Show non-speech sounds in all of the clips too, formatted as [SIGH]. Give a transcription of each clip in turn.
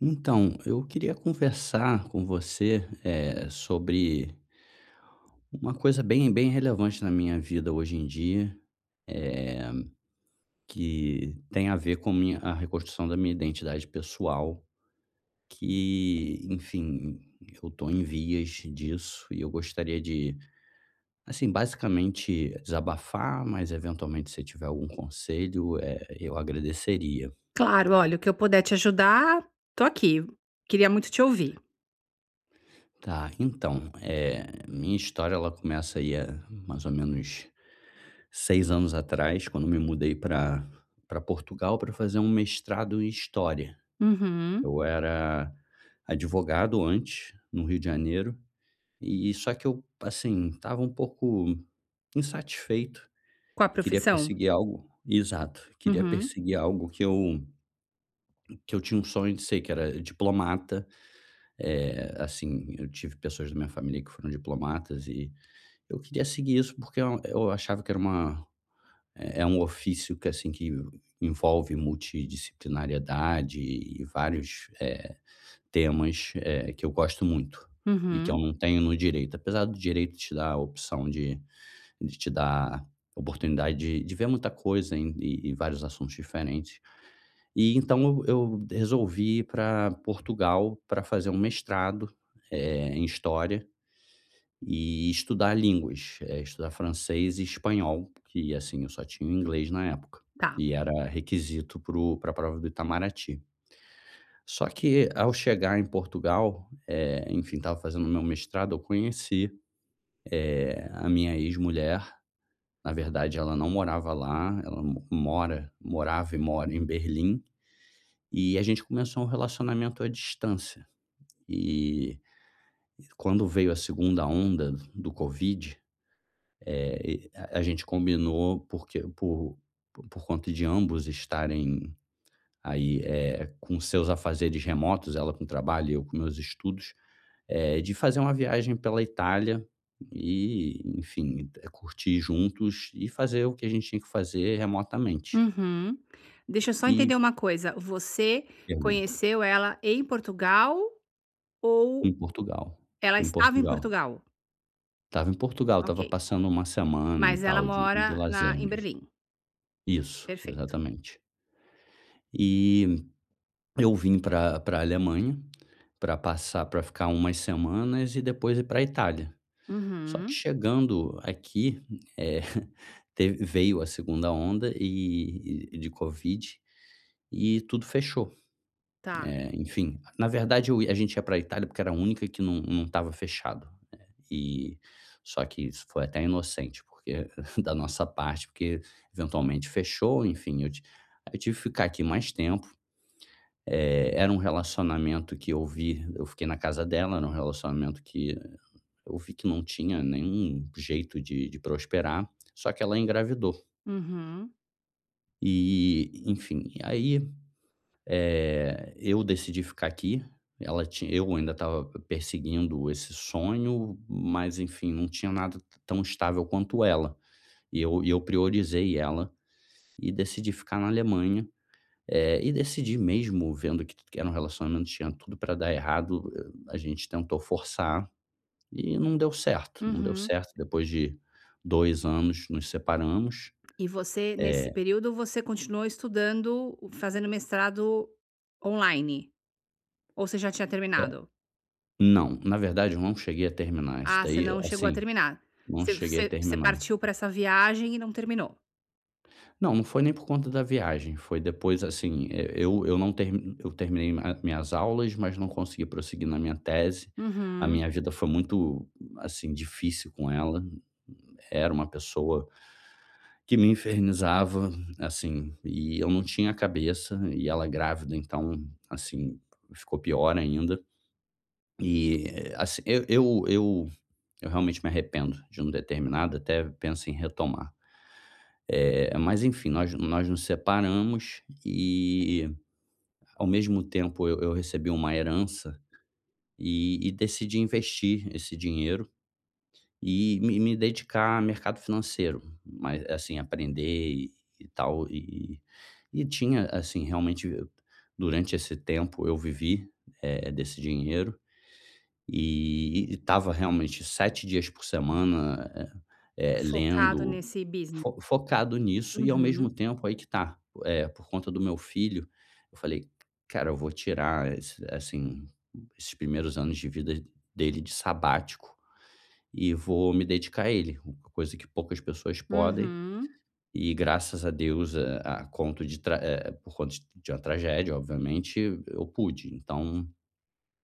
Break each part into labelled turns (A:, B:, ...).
A: Então, eu queria conversar com você, sobre uma coisa bem bem relevante na minha vida hoje em dia, que tem a ver com minha a reconstrução da minha identidade pessoal, que, enfim, eu estou em vias disso e eu gostaria de, assim, basicamente desabafar, mas eventualmente se tiver algum conselho, eu agradeceria.
B: Claro, olha, o que eu puder te ajudar, tô aqui. Queria muito te ouvir.
A: Tá, então, minha história ela começa aí há mais ou menos 6 anos atrás, quando me mudei para Portugal para fazer um mestrado em história.
B: Uhum.
A: Eu era advogado antes, no Rio de Janeiro, e só que eu, assim, estava um pouco insatisfeito,
B: Com a
A: queria
B: profissão?
A: perseguir algo exato, queria
B: Uhum,
A: perseguir algo que eu tinha um sonho de ser, que era diplomata. Assim, eu tive pessoas da minha família que foram diplomatas e eu queria seguir isso, porque eu achava que era uma É é um ofício que, assim, que envolve multidisciplinariedade e vários, eh, temas, que eu gosto muito e que eu
B: uhum.
A: não tenho no direito. Apesar do direito te dar a opção de te dar oportunidade de ver muita coisa e vários assuntos diferentes. E então eu resolvi ir pra Portugal para fazer um mestrado, em história e estudar línguas, estudar francês e espanhol, que, assim, eu só tinha o inglês na época,
B: Tá.
A: e era requisito para o para prova do Itamaraty. Só que ao chegar em Portugal, enfim, estava fazendo meu mestrado, eu conheci a minha ex-mulher. Na verdade, ela não morava lá, ela mo mora morava e mora em Berlim, e a gente começou um relacionamento à distância. E quando veio a segunda onda do covid , a gente combinou, porque por conta de ambos estarem aí, com seus afazeres remotos, ela com trabalho e eu com meus estudos, de fazer uma viagem pela Itália e, enfim, curtir juntos e fazer o que a gente tinha que fazer remotamente.
B: Uhum. Deixa eu só
A: E
B: entender uma coisa, você
A: pergunta,
B: conheceu ela em Portugal
A: em
B: ou
A: Portugal,
B: ela
A: em
B: estava em
A: Portugal.
B: Portugal?
A: Estava em Portugal,
B: Ok,
A: estava passando uma semana e
B: mas ela
A: tal de
B: mora
A: de
B: na
A: lazer
B: em
A: mesmo.
B: Berlim.
A: Isso,
B: Perfeito.
A: exatamente. E eu vim para pra Alemanha, para ficar umas semanas e depois ir pra Itália. Só que
B: Uhum,
A: chegando aqui, eh, [LAUGHS] teve veio a segunda onda e de covid e tudo fechou.
B: tá.
A: Enfim, na verdade eu ia a gente ia pra Itália, porque era a única que não estava fechado, né, e só que isso foi até inocente porque [LAUGHS] da nossa parte, porque eventualmente fechou. Enfim, eu tive que ficar aqui mais tempo. Era um relacionamento que eu vi, eu fiquei na casa dela, era um relacionamento que eu vi que não tinha nenhum jeito de prosperar, só que ela engravidou.
B: Uhum,
A: E, enfim, aí, eu decidi ficar aqui. Ela tinha, eu ainda estava perseguindo esse sonho, mas enfim, não tinha nada tão estável quanto ela. E eu priorizei ela e decidi ficar na Alemanha, e decidi mesmo vendo que era um relacionamento, tinha tudo para dar errado. A gente tentou forçar e não deu certo, não deu
B: uhum.
A: certo. Depois de 2 anos nos separamos.
B: E você, nesse
A: É,
B: período, você continuou estudando, fazendo mestrado online, ou você já tinha
A: é,
B: terminado?
A: não, na verdade eu não cheguei a terminar isso
B: Ah, você
A: daí,
B: não chegou a
A: assim,
B: terminar.
A: não
B: Você
A: cheguei a
B: você você
A: terminar.
B: partiu para essa viagem e não terminou.
A: Não, não foi nem por conta da viagem, foi depois, assim, eh, eu não termi eu terminei a minhas aulas, mas não consegui prosseguir na minha tese. A
B: Uhum.
A: minha vida foi muito, assim, difícil com ela. Era uma pessoa que me infernizava, assim, e eu não tinha cabeça, e ela grávida, então, assim, ficou pior ainda. E, assim, eu realmente me arrependo de não ter terminado, até penso em retomar. Mas enfim, nós nos separamos e, ao mesmo tempo, eu recebi uma herança e decidi investir esse dinheiro e me dedicar ao mercado financeiro, mas, assim, aprender e tal, e tinha, assim, realmente, durante esse tempo eu vivi, desse dinheiro, e estava realmente 7 dias por semana,
B: Focado
A: lendo,
B: nesse business.
A: fo focado nisso. E, ao mesmo
B: Uhum.
A: tempo, aí que tá, por conta do meu filho, eu falei: "Cara, eu vou tirar, esse assim, esses primeiros anos de vida dele de sabático, e vou me dedicar a ele, uma coisa que poucas pessoas podem".
B: Uhum.
A: E graças a Deus, a conto de tra- eh, por conta de uma tragédia, obviamente, eu pude. Então,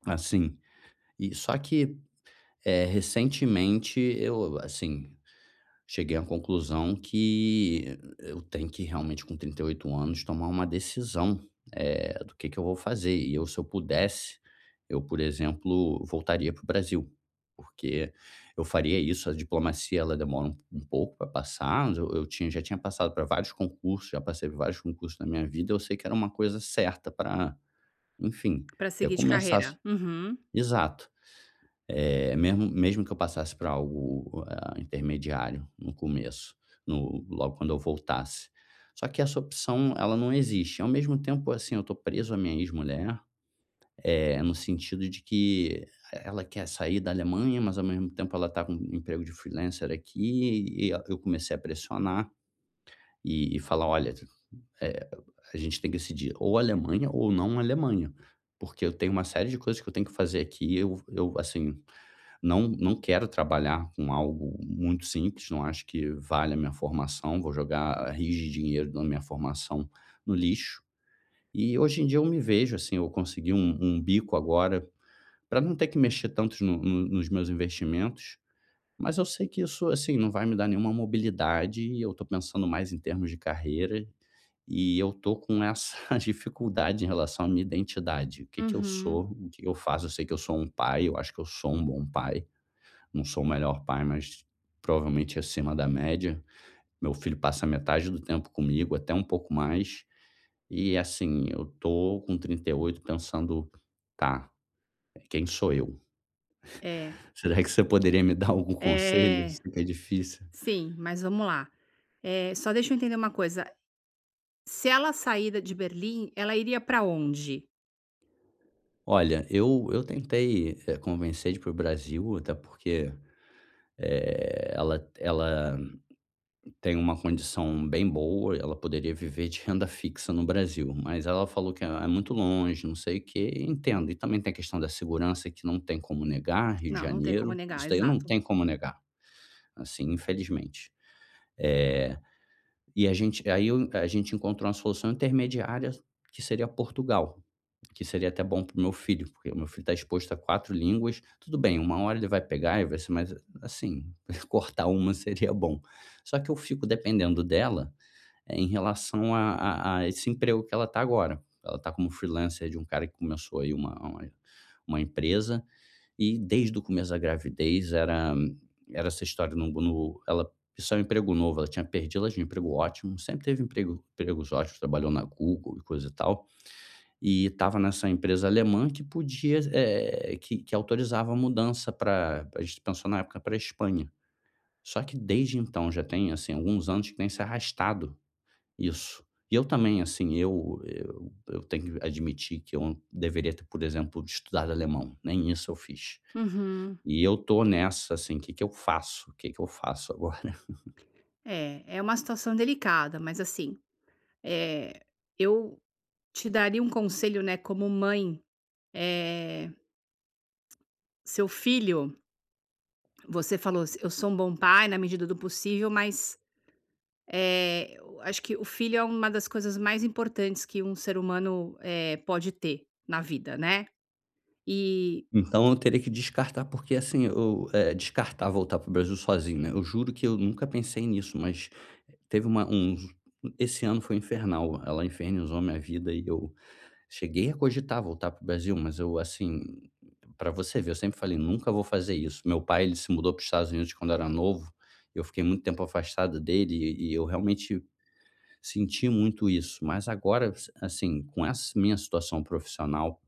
A: assim. E só que, recentemente, eu, assim, cheguei à conclusão que eu tenho que realmente, com 38 anos, tomar uma decisão do que eu vou fazer. E eu, se eu pudesse, eu, por exemplo, voltaria para o Brasil, porque eu faria isso. A diplomacia ela demora um pouco para passar, mas eu tinha já tinha passado para vários concursos, já passei por vários concursos na minha vida, eu sei que era uma coisa certa para, enfim,
B: Pra
A: eu
B: seguir de
A: começar.
B: carreira. Uhum.
A: Exato. Mesmo que eu passasse para algo, ah, intermediário no começo, no logo quando eu voltasse. Só que essa opção, ela não existe. Ao mesmo tempo, assim, eu tô preso à minha ex-mulher, no sentido de que ela quer sair da Alemanha, mas ao mesmo tempo ela tá com um emprego de freelancer aqui, e eu comecei a pressionar e falar: "Olha, eh, a gente tem que decidir ou Alemanha ou não Alemanha, porque eu tenho uma série de coisas que eu tenho que fazer aqui. Eu assim, não quero trabalhar com algo muito simples, não acho que vale a minha formação, vou jogar rios de dinheiro da minha formação no lixo". E hoje em dia eu me vejo, assim, eu consegui um bico agora para não ter que mexer tanto no no nos meus investimentos, mas eu sei que isso, assim, não vai me dar nenhuma mobilidade e eu estou pensando mais em termos de carreira, e eu tô com essa [LAUGHS] dificuldade em relação à minha identidade. O que que eu
B: Uhum.
A: sou, o que eu faço? Eu sei que eu sou um pai, eu acho que eu sou um bom pai. Não sou o melhor pai, mas provavelmente acima da média. Meu filho passa metade do tempo comigo, até um pouco mais. E, assim, eu tô com 38 pensando, tá, quem sou eu?
B: É.
A: Será que você poderia me dar algum conselho? Eu
B: É.
A: sei que é difícil.
B: Sim, mas vamos lá. Só deixa eu entender uma coisa, se ela sair da de Berlim, ela iria para onde?
A: Olha, eu tentei convencer de ir para o Brasil, até porque ela tem uma condição bem boa, ela poderia viver de renda fixa no Brasil, mas ela falou que é muito longe, não sei o quê, entendo. E também tem a questão da segurança, que não tem como negar, Rio de
B: Não, não tem como
A: Janeiro, isso
B: negar,
A: daí não
B: exato.
A: tem como negar, assim, infelizmente. Eh, e a gente encontrou uma solução intermediária que seria Portugal, que seria até bom para o meu filho, porque o meu filho está exposto a 4 línguas, tudo bem, uma hora ele vai pegar e vai ser mais, assim, [LAUGHS] cortar uma seria bom. Só que eu fico dependendo dela, é, em relação a esse emprego que ela está agora. Ela está como freelancer de um cara que começou aí uma empresa, e desde o começo da gravidez era essa história no no ela isso é um emprego novo, ela tinha perdido, ela tinha um emprego ótimo, sempre teve empregos ótimos, trabalhou na Google e coisa e tal, e estava nessa empresa alemã que podia, que autorizava a mudança, para a gente pensou na época pra Espanha. Só que desde então já tem, assim, alguns anos que tem se arrastado isso. E eu também, assim, eu tenho que admitir que eu deveria ter, por exemplo, estudado alemão, nem isso eu fiz.
B: Uhum.
A: E eu tô nessa, assim, o "Que que eu faço? O que que eu faço agora?" [LAUGHS]
B: É, é uma situação delicada, mas assim, eh, eu te daria um conselho, né, como mãe. Eh, Seu filho, você falou: "Eu sou um bom pai na medida do possível", mas, o acho que o filho é uma das coisas mais importantes que um ser humano, pode ter na vida, né. E
A: Então eu teria que descartar, porque, assim, eu, descartar voltar para o Brasil sozinho, né, eu juro que eu nunca pensei nisso, mas teve uma uns esse ano foi infernal, ela infernizou minha vida e eu cheguei a cogitar voltar para o Brasil, mas eu, assim, para você ver, eu sempre falei: "Nunca vou fazer isso". Meu pai, ele se mudou para os Estados Unidos quando era novo, eu fiquei muito tempo afastado dele e eu realmente senti muito isso. Mas agora, assim, com essa minha situação profissional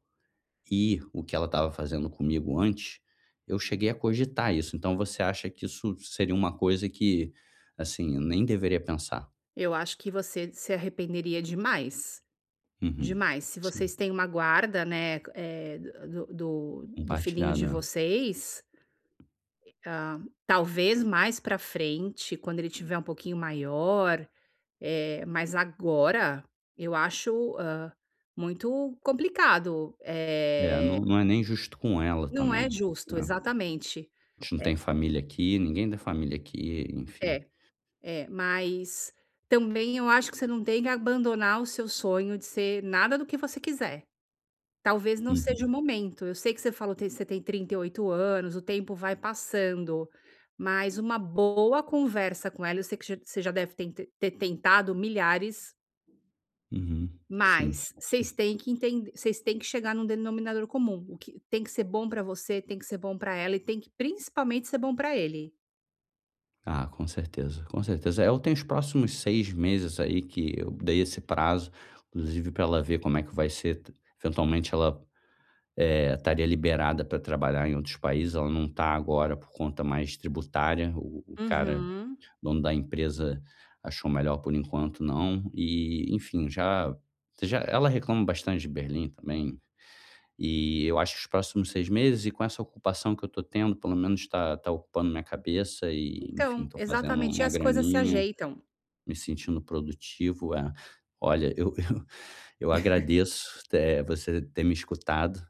A: e o que ela estava fazendo comigo antes, eu cheguei a cogitar isso. Então você acha que isso seria uma coisa que, assim, eu nem deveria pensar?
B: eu acho que você se arrependeria demais,
A: Uhum.
B: demais. Se vocês
A: Sim,
B: têm uma guarda, né, do filhinho de
A: compartilhado, é.
B: vocês, hã, talvez mais pra frente, quando ele tiver um pouquinho maior. Mas agora eu acho, hã, muito complicado,
A: É, não não é nem justo com ela
B: não é
A: também,
B: justo,
A: né.
B: exatamente.
A: A gente não
B: É,
A: tem família aqui, ninguém da família aqui, enfim.
B: é, é, mas também eu acho que você não tem que abandonar o seu sonho de ser nada do que você quiser. Talvez não seja o
A: Uhum,
B: momento. Eu sei que você falou que você tem 38 anos, o tempo vai passando, mas uma boa conversa com ela, eu sei que já você já deve ten ter tentado milhares.
A: uhum, sim.
B: Mas vocês têm que entender, vocês têm que chegar num denominador comum. O que tem que ser bom pra você, tem que ser bom pra ela e tem que principalmente ser bom pra ele.
A: Ah, com certeza, com certeza. É, eu tenho os próximos 6 meses aí que eu dei esse prazo, inclusive para ela ver como é que vai ser t eventualmente ela, estaria liberada para trabalhar em outros países. Ela não está agora por conta mais tributária, o cara
B: Uhum.
A: dono da empresa achou melhor por enquanto não. E, enfim, já ela reclama bastante de Berlim também. E eu acho que os próximos 6 meses, e com essa ocupação que eu tô tendo, pelo menos tá ocupando minha cabeça e, enfim,
B: Então,
A: estou fazendo
B: exatamente, e
A: uma
B: as coisas se
A: graninha,
B: ajeitam.
A: me sentindo produtivo, é. Olha, eu [LAUGHS] eu agradeço, você ter me escutado,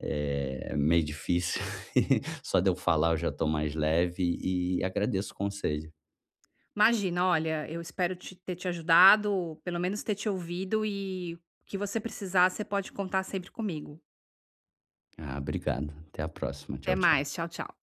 A: é meio difícil, [LAUGHS] só de eu falar eu já estou mais leve e agradeço o conselho.
B: Imagina, olha, eu espero te ter te ajudado, pelo menos ter te ouvido, e o que você precisar, você pode contar sempre comigo.
A: Ah, obrigado. Até a próxima. Tchau,
B: Até
A: tchau.
B: mais, tchau, tchau.